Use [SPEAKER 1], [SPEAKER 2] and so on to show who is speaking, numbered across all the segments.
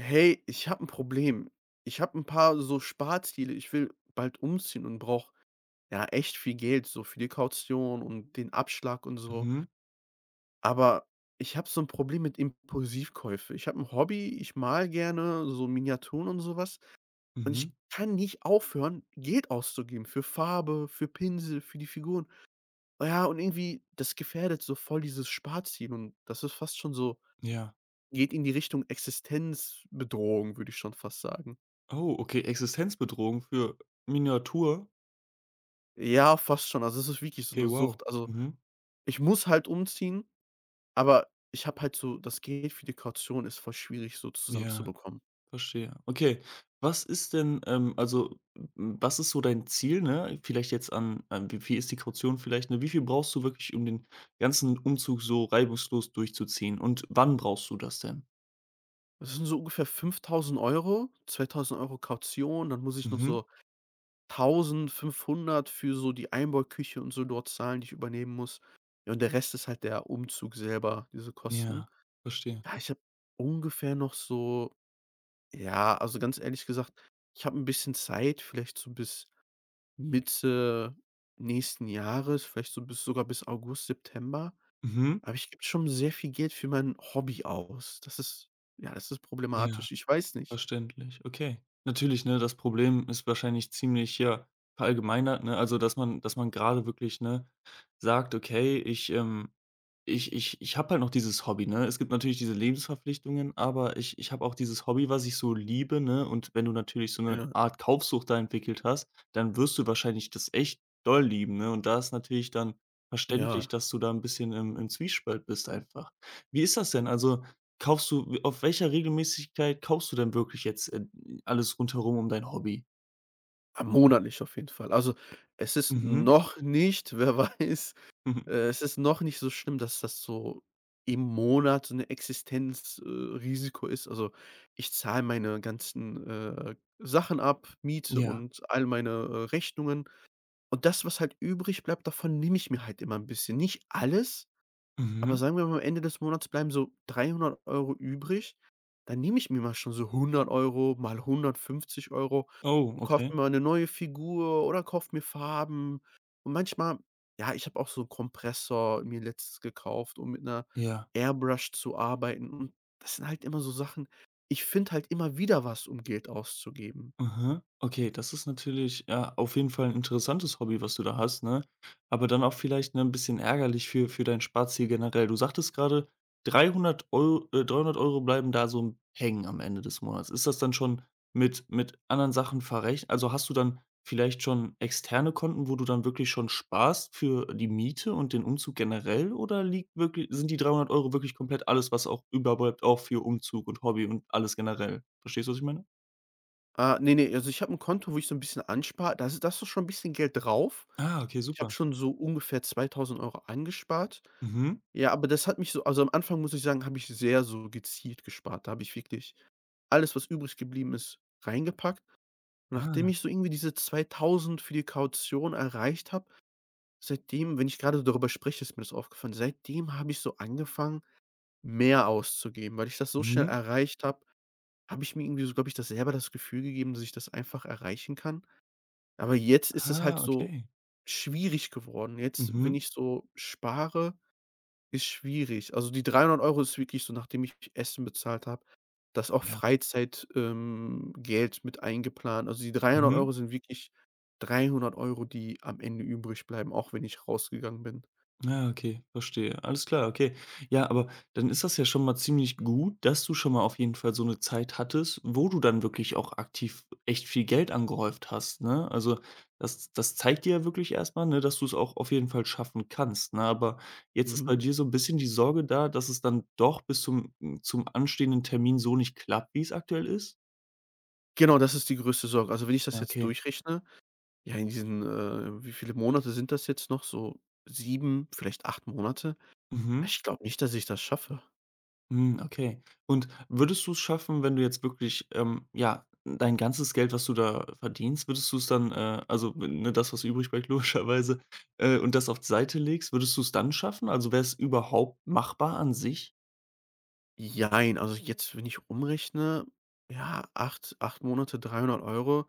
[SPEAKER 1] Hey, ich habe ein Problem. Ich habe ein paar so Sparziele. Ich will bald umziehen und brauche, ja, echt viel Geld, so für die Kaution und den Abschlag und so.
[SPEAKER 2] Mhm,
[SPEAKER 1] Aber ich habe so ein Problem mit Impulsivkäufe. Ich habe ein Hobby, ich mal gerne, so Miniaturen und sowas. Und
[SPEAKER 2] mhm,
[SPEAKER 1] ich kann nicht aufhören, Geld auszugeben für Farbe, für Pinsel, für die Figuren. Oh ja, und irgendwie, das gefährdet so voll dieses Sparziel und das ist fast schon so,
[SPEAKER 2] ja.
[SPEAKER 1] geht in die Richtung Existenzbedrohung, würde ich schon fast sagen.
[SPEAKER 2] Oh, okay, Existenzbedrohung für Miniatur?
[SPEAKER 1] Ja, fast schon. Also, es ist wirklich so
[SPEAKER 2] Okay,
[SPEAKER 1] 'ne
[SPEAKER 2] Mhm. Wow.
[SPEAKER 1] Sucht. Also,
[SPEAKER 2] Mhm.
[SPEAKER 1] ich muss halt umziehen, aber ich habe halt so, das Geld für die Kaution ist voll schwierig so
[SPEAKER 2] Ja,
[SPEAKER 1] zusammenzubekommen.
[SPEAKER 2] verstehe. Okay, was ist denn, also, w was ist so dein Ziel, ne? Vielleicht jetzt an wie viel ist die Kaution vielleicht, ne? Wie viel brauchst du wirklich, um den ganzen Umzug so reibungslos durchzuziehen und wann brauchst du das denn?
[SPEAKER 1] Das sind so ungefähr 5.000 Euro, 2.000 Euro Kaution, dann muss ich noch
[SPEAKER 2] Mhm.
[SPEAKER 1] so 1.500 für so die Einbauküche und so dort zahlen, die ich übernehmen muss. Ja, und der Rest ist halt der Umzug selber, diese Kosten.
[SPEAKER 2] Ja, verstehe.
[SPEAKER 1] Ja, ich habe ungefähr noch so, ja, also, ganz ehrlich gesagt, ich habe 'n bisschen Zeit, vielleicht so bis Mitte nächsten Jahres, vielleicht so bis, sogar bis August, September.
[SPEAKER 2] Mhm.
[SPEAKER 1] Aber ich gebe schon sehr viel Geld für mein Hobby aus. Das ist, ja, das ist
[SPEAKER 2] Ja.
[SPEAKER 1] problematisch. Ich weiß nicht.
[SPEAKER 2] Verständlich, okay. Natürlich, ne, das Problem ist wahrscheinlich ziemlich, ja, verallgemeinert, ne? Also, dass man gerade wirklich, ne, sagt: „Okay, ich habe halt noch dieses Hobby", ne? Es gibt natürlich diese Lebensverpflichtungen, aber ich habe auch dieses Hobby, was ich so liebe, ne? Und wenn du natürlich so eine
[SPEAKER 1] Ja,
[SPEAKER 2] Art Kaufsucht da entwickelt hast, dann wirst du wahrscheinlich das echt doll lieben, ne? Und da ist natürlich dann verständlich,
[SPEAKER 1] ja,
[SPEAKER 2] dass du da ein bisschen im Zwiespalt bist einfach. Wie ist das denn? Also, Kaufst du auf welcher Regelmäßigkeit kaufst du denn wirklich jetzt, alles rundherum um dein Hobby?
[SPEAKER 1] ah, monatlich auf jeden Fall. Also, es ist
[SPEAKER 2] Mhm.
[SPEAKER 1] noch nicht, wer weiß,
[SPEAKER 2] Mhm.
[SPEAKER 1] es ist noch nicht so schlimm, dass das so im Monat so 'ne Existenzrisiko Risiko ist. Also, ich zahle meine ganzen Sachen ab, Miete
[SPEAKER 2] Ja.
[SPEAKER 1] und all meine Rechnungen. Und das, was halt übrig bleibt, davon nehme ich mir halt immer ein bisschen. Nicht alles, aber
[SPEAKER 2] Mhm.
[SPEAKER 1] sagen wir mal, am Ende des Monats bleiben so 300 Euro übrig. Dann nehme ich mir mal schon so 100 Euro mal 150 Euro
[SPEAKER 2] Oh,
[SPEAKER 1] und kaufe
[SPEAKER 2] okay.
[SPEAKER 1] mir mal 'ne neue Figur oder kaufe mir Farben. Und manchmal, ja, ich habe auch so einen Kompressor mir letztens gekauft, um mit einer
[SPEAKER 2] Ja.
[SPEAKER 1] Airbrush zu arbeiten. Und das sind halt immer so Sachen, ich finde halt immer wieder was, um Geld auszugeben.
[SPEAKER 2] Aha. Okay, das ist natürlich, ja, auf jeden Fall ein interessantes Hobby, was du da hast, ne? Aber dann auch vielleicht, ne, 'n bisschen ärgerlich für dein Sparziel generell. Du sagtest gerade 300 Euro, 300 € bleiben da so hängen am Ende des Monats. Ist das dann schon mit anderen Sachen verrechnet? Also, hast du dann vielleicht schon externe Konten, wo du dann wirklich schon sparst für die Miete und den Umzug generell, oder liegt wirklich sind die 300 Euro wirklich komplett alles, was auch überbleibt, auch für Umzug und Hobby und alles generell? Verstehst du, was ich meine?
[SPEAKER 1] Ne, ne, also ich habe 'n Konto, wo ich so 'n bisschen anspare. Da ist doch schon 'n bisschen Geld drauf.
[SPEAKER 2] Ah, okay,
[SPEAKER 1] Ich habe
[SPEAKER 2] super.
[SPEAKER 1] schon so ungefähr 2.000 Euro angespart.
[SPEAKER 2] Mhm.
[SPEAKER 1] Ja, aber das hat mich so, also am Anfang muss ich sagen, habe ich sehr so gezielt gespart. Da habe ich wirklich alles, was übrig geblieben ist, reingepackt. Und nachdem
[SPEAKER 2] Ah,
[SPEAKER 1] ich so irgendwie diese 2.000 für die Kaution erreicht habe, seitdem, wenn ich grade darüber spreche, ist mir das aufgefallen, seitdem habe ich so angefangen, mehr auszugeben. Weil ich das so schnell
[SPEAKER 2] mhm.
[SPEAKER 1] erreicht habe, habe ich mir irgendwie so, glaube ich, das selber das Gefühl gegeben, dass ich das einfach erreichen kann. Aber jetzt ist es halt
[SPEAKER 2] Ah,
[SPEAKER 1] so
[SPEAKER 2] okay.
[SPEAKER 1] schwierig geworden. Jetzt,
[SPEAKER 2] Mhm.
[SPEAKER 1] wenn ich so spare, ist schwierig. Also, die 300 Euro ist wirklich so, nachdem ich Essen bezahlt habe, das auch
[SPEAKER 2] Ja.
[SPEAKER 1] Freizeit Geld mit eingeplant. Also, die dreihundert
[SPEAKER 2] Mhm.
[SPEAKER 1] Euro sind wirklich 300 Euro, die am Ende übrig bleiben, auch wenn ich rausgegangen bin.
[SPEAKER 2] Ah, okay, verstehe. Alles klar, okay. Ja, aber dann ist das ja schon mal ziemlich gut, dass du schon mal auf jeden Fall so eine Zeit hattest, wo du dann wirklich auch aktiv echt viel Geld angehäuft hast, ne? Also, das zeigt dir ja wirklich erst mal, ne, dass du es auch auf jeden Fall schaffen kannst, ne? Aber jetzt ist bei
[SPEAKER 1] Mhm.
[SPEAKER 2] dir so ein bisschen die Sorge da, dass es dann doch bis zum anstehenden Termin so nicht klappt, wie es aktuell ist?
[SPEAKER 1] Genau, das ist die größte Sorge. Also, wenn ich das
[SPEAKER 2] Ja,
[SPEAKER 1] jetzt
[SPEAKER 2] okay.
[SPEAKER 1] durchrechne, ja, in diesen, wie viele Monate sind das jetzt noch? So 7, vielleicht 8 Monate.
[SPEAKER 2] Mhm.
[SPEAKER 1] Ich glaube nicht, dass ich das schaffe.
[SPEAKER 2] Hm, okay. Und würdest du es schaffen, wenn du jetzt wirklich, ja, dein ganzes Geld, was du da verdienst, würdest du es dann, also, ne, das, was übrig bleibt logischerweise, und das auf die Seite legst, würdest du es dann schaffen? Also, wäre es überhaupt machbar an sich?
[SPEAKER 1] Jein, also jetzt, wenn ich umrechne, ja, acht Monate 300 Euro,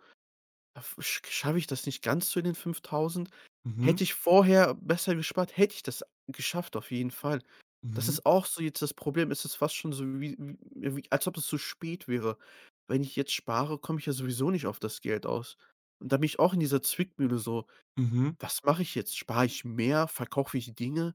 [SPEAKER 1] da f sch schaffe ich das nicht ganz zu den 5.000.
[SPEAKER 2] Mhm,
[SPEAKER 1] Hätte ich vorher besser gespart, hätte ich das geschafft auf jeden Fall. Das
[SPEAKER 2] mhm,
[SPEAKER 1] ist auch so jetzt das Problem, es ist fast schon so wie, ja, wie als ob es zu spät wäre. Wenn ich jetzt spare, komme ich ja sowieso nicht auf das Geld aus. Und da bin ich auch in dieser Zwickmühle so:
[SPEAKER 2] mhm.
[SPEAKER 1] „Was mache ich jetzt? Spare ich mehr? Verkaufe ich Dinge?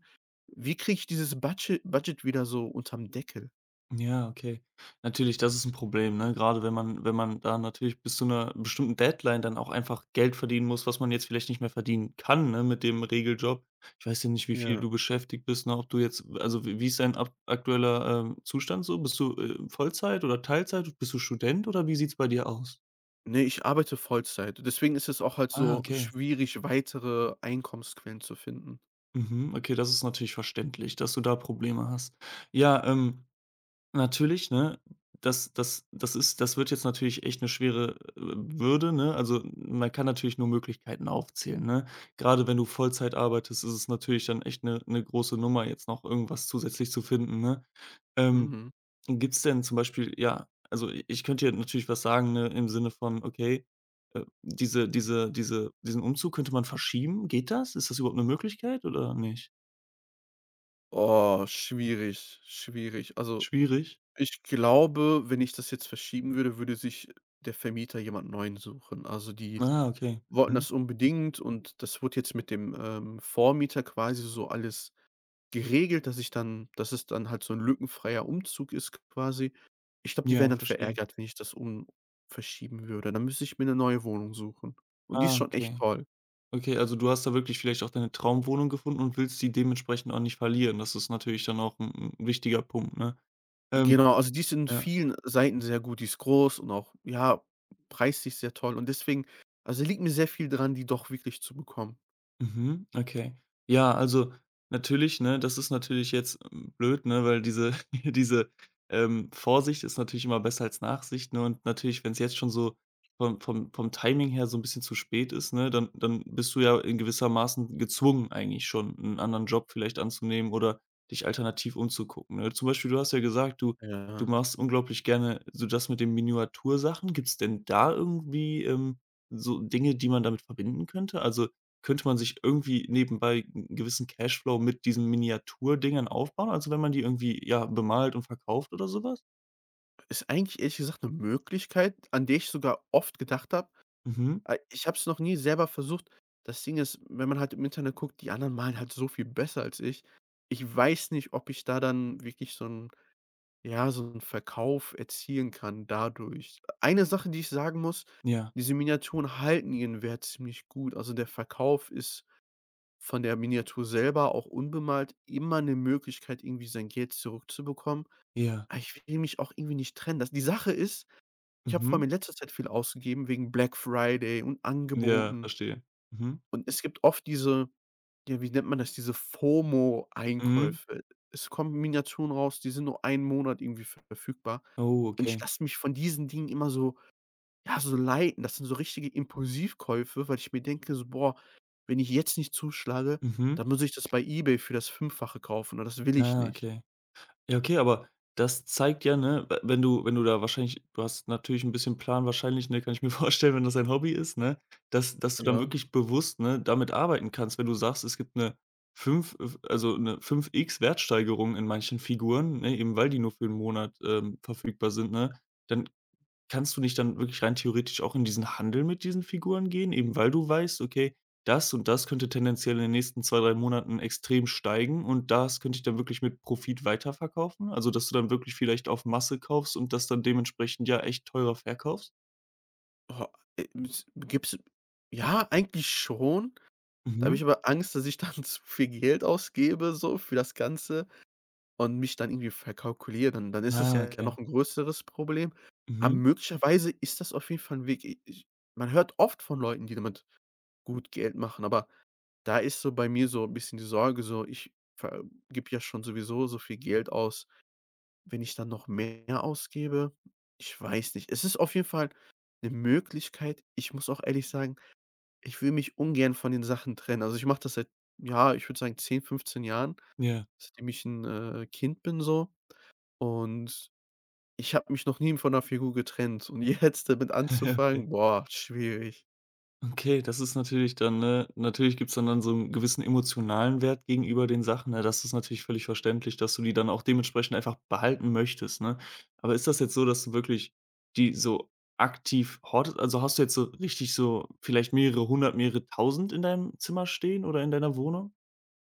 [SPEAKER 1] Wie kriege ich dieses Budget wieder so unterm Deckel?"
[SPEAKER 2] Ja, okay. Natürlich, das ist ein Problem, ne? Gerade wenn man da natürlich bis zu einer bestimmten Deadline dann auch einfach Geld verdienen muss, was man jetzt vielleicht nicht mehr verdienen kann, ne, mit dem Regeljob. Ich weiß ja nicht, wie viel
[SPEAKER 1] Ja.
[SPEAKER 2] du beschäftigt bist, ne? Ob du jetzt also, wie ist dein ab aktueller, Zustand so? Bist du, Vollzeit oder Teilzeit? Bist du Student oder wie sieht's bei dir aus?
[SPEAKER 1] Ne, ich arbeite Vollzeit. Deswegen ist es auch halt
[SPEAKER 2] Ah,
[SPEAKER 1] so
[SPEAKER 2] okay.
[SPEAKER 1] schwierig, weitere Einkommensquellen zu finden.
[SPEAKER 2] Mhm, okay, das ist natürlich verständlich, dass du da Probleme hast. Ja, natürlich, ne? Das wird jetzt natürlich echt eine schwere, Bürde, ne? Also, man kann natürlich nur Möglichkeiten aufzählen, ne? Gerade wenn du Vollzeit arbeitest, ist es natürlich dann echt eine 'ne große Nummer, jetzt noch irgendwas zusätzlich zu finden, ne? Ähm,
[SPEAKER 1] Mhm.
[SPEAKER 2] Gibt's denn zum Beispiel, ja, also, i ich könnte dir natürlich was sagen, ne, im Sinne von, okay, diesen Umzug könnte man verschieben. Geht das? Ist das überhaupt eine Möglichkeit oder nicht?
[SPEAKER 1] Oh, schwierig, schwierig. Also,
[SPEAKER 2] Schwierig?
[SPEAKER 1] ich glaube, wenn ich das jetzt verschieben würde, würde sich der Vermieter jemand Neuen suchen. Also, die
[SPEAKER 2] Ah, okay.
[SPEAKER 1] wollten
[SPEAKER 2] Mhm.
[SPEAKER 1] das unbedingt und das wurde jetzt mit dem Vormieter quasi so alles geregelt, dass es dann halt so 'n lückenfreier Umzug ist quasi. Ich glaube, die
[SPEAKER 2] Ja,
[SPEAKER 1] wären dann
[SPEAKER 2] verstehe.
[SPEAKER 1] verärgert, wenn ich das um verschieben würde. Dann müsste ich mir 'ne neue Wohnung suchen. Und die ist
[SPEAKER 2] Ah,
[SPEAKER 1] schon echt
[SPEAKER 2] okay.
[SPEAKER 1] toll.
[SPEAKER 2] Okay, also du hast da wirklich vielleicht auch deine Traumwohnung gefunden und willst die dementsprechend auch nicht verlieren. Das ist natürlich dann auch ein 'n wichtiger Punkt, ne? Ähm,
[SPEAKER 1] Genau, also die ist in
[SPEAKER 2] ja.
[SPEAKER 1] vielen Seiten sehr gut. Die ist groß und auch, ja, preislich sehr toll. Und deswegen, also liegt mir sehr viel dran, die doch wirklich zu bekommen.
[SPEAKER 2] Mhm, okay. Ja, also natürlich, ne, das ist natürlich jetzt, blöd, ne, weil diese diese, Vorsicht ist natürlich immer besser als Nachsicht, ne, und natürlich, wenn es jetzt schon so vom Timing her so ein bisschen zu spät ist, ne, dann bist du ja in gewisser Maßen gezwungen eigentlich schon, einen anderen Job vielleicht anzunehmen oder dich alternativ umzugucken, ne? Zum Beispiel, du hast ja gesagt, du
[SPEAKER 1] Ja.
[SPEAKER 2] machst unglaublich gerne so das mit den Miniatursachen. Gibt es denn da irgendwie, so Dinge, die man damit verbinden könnte? Also, könnte man sich irgendwie nebenbei 'n gewissen Cashflow mit diesen Miniaturdingern aufbauen? Also, wenn man die irgendwie, ja, bemalt und verkauft oder so was?
[SPEAKER 1] Ist eigentlich ehrlich gesagt 'ne Möglichkeit, an der ich sogar oft gedacht habe.
[SPEAKER 2] Mhm.
[SPEAKER 1] Ich habe es noch nie selber versucht. Das Ding ist, wenn man halt im Internet guckt, die anderen malen halt so viel besser als ich. Ich weiß nicht, ob ich da dann wirklich so 'n, ja, so 'n Verkauf erzielen kann dadurch. Eine Sache, die ich sagen muss,
[SPEAKER 2] Ja,
[SPEAKER 1] diese Miniaturen halten ihren Wert ziemlich gut. Also, der Verkauf ist von der Miniatur selber, auch unbemalt, immer 'ne Möglichkeit, irgendwie sein Geld zurückzubekommen.
[SPEAKER 2] ja.
[SPEAKER 1] Aber ich will mich auch irgendwie nicht trennen. Das, die Sache ist, ich habe vor
[SPEAKER 2] Mhm.
[SPEAKER 1] allem in letzter Zeit viel ausgegeben wegen Black Friday und
[SPEAKER 2] Ja,
[SPEAKER 1] Angeboten.
[SPEAKER 2] verstehe. Mhm.
[SPEAKER 1] Und es gibt oft diese, ja, wie nennt man das, diese
[SPEAKER 2] Mhm.
[SPEAKER 1] FOMO-Einkäufe. Es kommen Miniaturen raus, die sind nur einen Monat irgendwie verfügbar.
[SPEAKER 2] Oh,
[SPEAKER 1] Und ich
[SPEAKER 2] okay.
[SPEAKER 1] lasse mich von diesen Dingen immer so, ja, so leiten. Das sind so richtige Impulsivkäufe, weil ich mir denke so: „Boah, wenn ich jetzt nicht zuschlage,
[SPEAKER 2] Mhm.
[SPEAKER 1] dann muss ich das bei eBay für das Fünffache kaufen und das will ich
[SPEAKER 2] Ah,
[SPEAKER 1] nicht."
[SPEAKER 2] okay. Ja, okay, aber das zeigt ja, ne, we wenn du da wahrscheinlich, du hast natürlich ein bisschen Plan wahrscheinlich, ne, kann ich mir vorstellen, wenn das ein Hobby ist, ne, dass du dann
[SPEAKER 1] Ja,
[SPEAKER 2] wirklich bewusst, ne, damit arbeiten kannst. Wenn du sagst, es gibt eine fünf x Wertsteigerung in manchen Figuren, ne, eben weil die nur für einen Monat, verfügbar sind, ne, dann kannst du nicht dann wirklich rein theoretisch auch in diesen Handel mit diesen Figuren gehen, eben weil du weißt: „Okay, das und das könnte tendenziell in den nächsten zwei, 3 Monaten extrem steigen und das könnte ich dann wirklich mit Profit weiterverkaufen?" Also, dass du dann wirklich vielleicht auf Masse kaufst und das dann dementsprechend ja echt teurer verkaufst?
[SPEAKER 1] oh, s gibt's, ja, eigentlich schon. Da habe
[SPEAKER 2] Mhm.
[SPEAKER 1] ich aber Angst, dass ich dann zu viel Geld ausgebe so für das Ganze und mich dann irgendwie verkalkuliere, dann ist es
[SPEAKER 2] Ah,
[SPEAKER 1] ja noch
[SPEAKER 2] okay.
[SPEAKER 1] 'n größeres Problem. Aber
[SPEAKER 2] Mhm.
[SPEAKER 1] möglicherweise ist das auf jeden Fall 'n Weg. I ich, man hört oft von Leuten, die damit gut Geld machen, aber da ist so bei mir so 'n bisschen die Sorge so, ich ver gebe ja schon sowieso so viel Geld aus. Wenn ich dann noch mehr ausgebe, ich weiß nicht. Es ist auf jeden Fall 'ne Möglichkeit. Ich muss auch ehrlich sagen, ich will mich ungern von den Sachen trennen. Also, ich mache das seit, ja, ich würde sagen 10, 15 Jahren,
[SPEAKER 2] Ja.
[SPEAKER 1] seitdem ich 'n, Kind bin so, und ich habe mich noch nie von 'ner Figur getrennt und jetzt damit
[SPEAKER 2] Okay.
[SPEAKER 1] anzufangen, boah, schwierig.
[SPEAKER 2] Okay, das ist natürlich dann, ne, natürlich gibt's dann so einen gewissen emotionalen Wert gegenüber den Sachen, ne? Das ist natürlich völlig verständlich, dass du die dann auch dementsprechend einfach behalten möchtest, ne? Aber ist das jetzt so, dass du wirklich die so aktiv hortest? Also, hast du jetzt so richtig so vielleicht mehrere hundert, mehrere tausend in deinem Zimmer stehen oder in deiner Wohnung?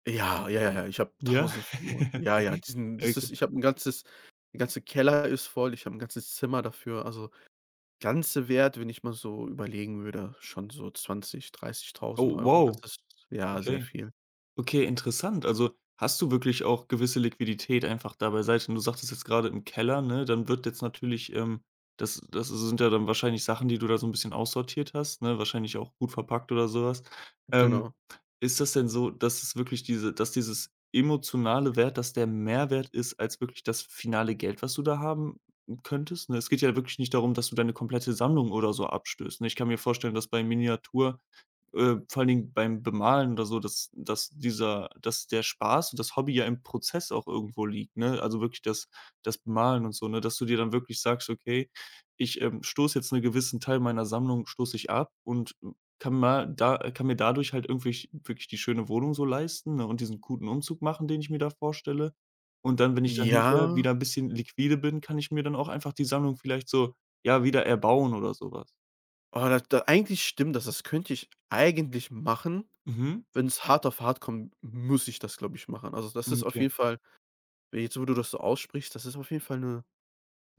[SPEAKER 1] Ja, ja, ja, ja, ich habe
[SPEAKER 2] Ja?
[SPEAKER 1] 1.000 Figuren. Ja, ja, diesen das
[SPEAKER 2] Okay.
[SPEAKER 1] ist ich habe 'n ganzes, der ganze Keller ist voll, ich habe 'n ganzes Zimmer dafür. Also, ganze Wert, wenn ich mal so überlegen würde, schon so 20, dreißigtausend
[SPEAKER 2] Oh,
[SPEAKER 1] Euro.
[SPEAKER 2] wow,
[SPEAKER 1] Das ist ja sehr
[SPEAKER 2] okay.
[SPEAKER 1] viel.
[SPEAKER 2] Okay, interessant. Also, hast du wirklich auch gewisse Liquidität einfach da beiseite? Und du sagtest jetzt gerade im Keller, ne, dann wird jetzt natürlich, das sind ja dann wahrscheinlich Sachen, die du da so ein bisschen aussortiert hast, ne, wahrscheinlich auch gut verpackt oder sowas. Ähm,
[SPEAKER 1] Genau.
[SPEAKER 2] Ist das denn so, dass es wirklich diese dass dieses emotionale Wert, dass der Mehrwert ist als wirklich das finale Geld, was du da haben könntest, ne? Es geht ja wirklich nicht darum, dass du deine komplette Sammlung oder so abstößt, ne? Ich kann mir vorstellen, dass bei Miniatur, vor allen Dingen beim Bemalen oder so, dass dass dieser, dass der Spaß und das Hobby ja im Prozess auch irgendwo liegt, ne? Also, wirklich das Bemalen und so, ne, dass du dir dann wirklich sagst: „Okay, ich, stoße jetzt einen gewissen Teil meiner Sammlung, stoße ich ab und kann mal da kann mir dadurch halt irgendwie wirklich die schöne Wohnung so leisten, ne, und diesen guten Umzug machen, den ich mir da vorstelle. Und dann, wenn ich dann
[SPEAKER 1] Ja,
[SPEAKER 2] hinterher wieder ein bisschen liquide bin, kann ich mir dann auch einfach die Sammlung vielleicht so, ja, wieder erbauen oder sowas.
[SPEAKER 1] oh, da eigentlich stimmt das. Das könnte ich eigentlich machen.
[SPEAKER 2] Mhm.
[SPEAKER 1] Wenn's hart auf hart kommt, muss ich das, glaube ich, machen. Also, das ist auf
[SPEAKER 2] Okay,
[SPEAKER 1] jeden Fall, jetzt, wo du das so aussprichst, das ist auf jeden Fall eine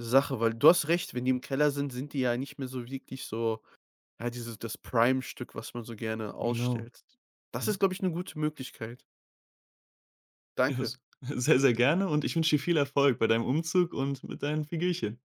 [SPEAKER 1] Sache, weil du hast recht, wenn die im Keller sind, sind die ja nicht mehr so wirklich so, ja, dieses, das Prime-Stück, was man so gerne
[SPEAKER 2] genau.
[SPEAKER 1] ausstellt. Das
[SPEAKER 2] Mhm.
[SPEAKER 1] ist, glaube ich, eine gute Möglichkeit.
[SPEAKER 2] Ja,
[SPEAKER 1] Danke.
[SPEAKER 2] s sehr, sehr gerne, und ich wünsche dir viel Erfolg bei deinem Umzug und mit deinen Figürchen.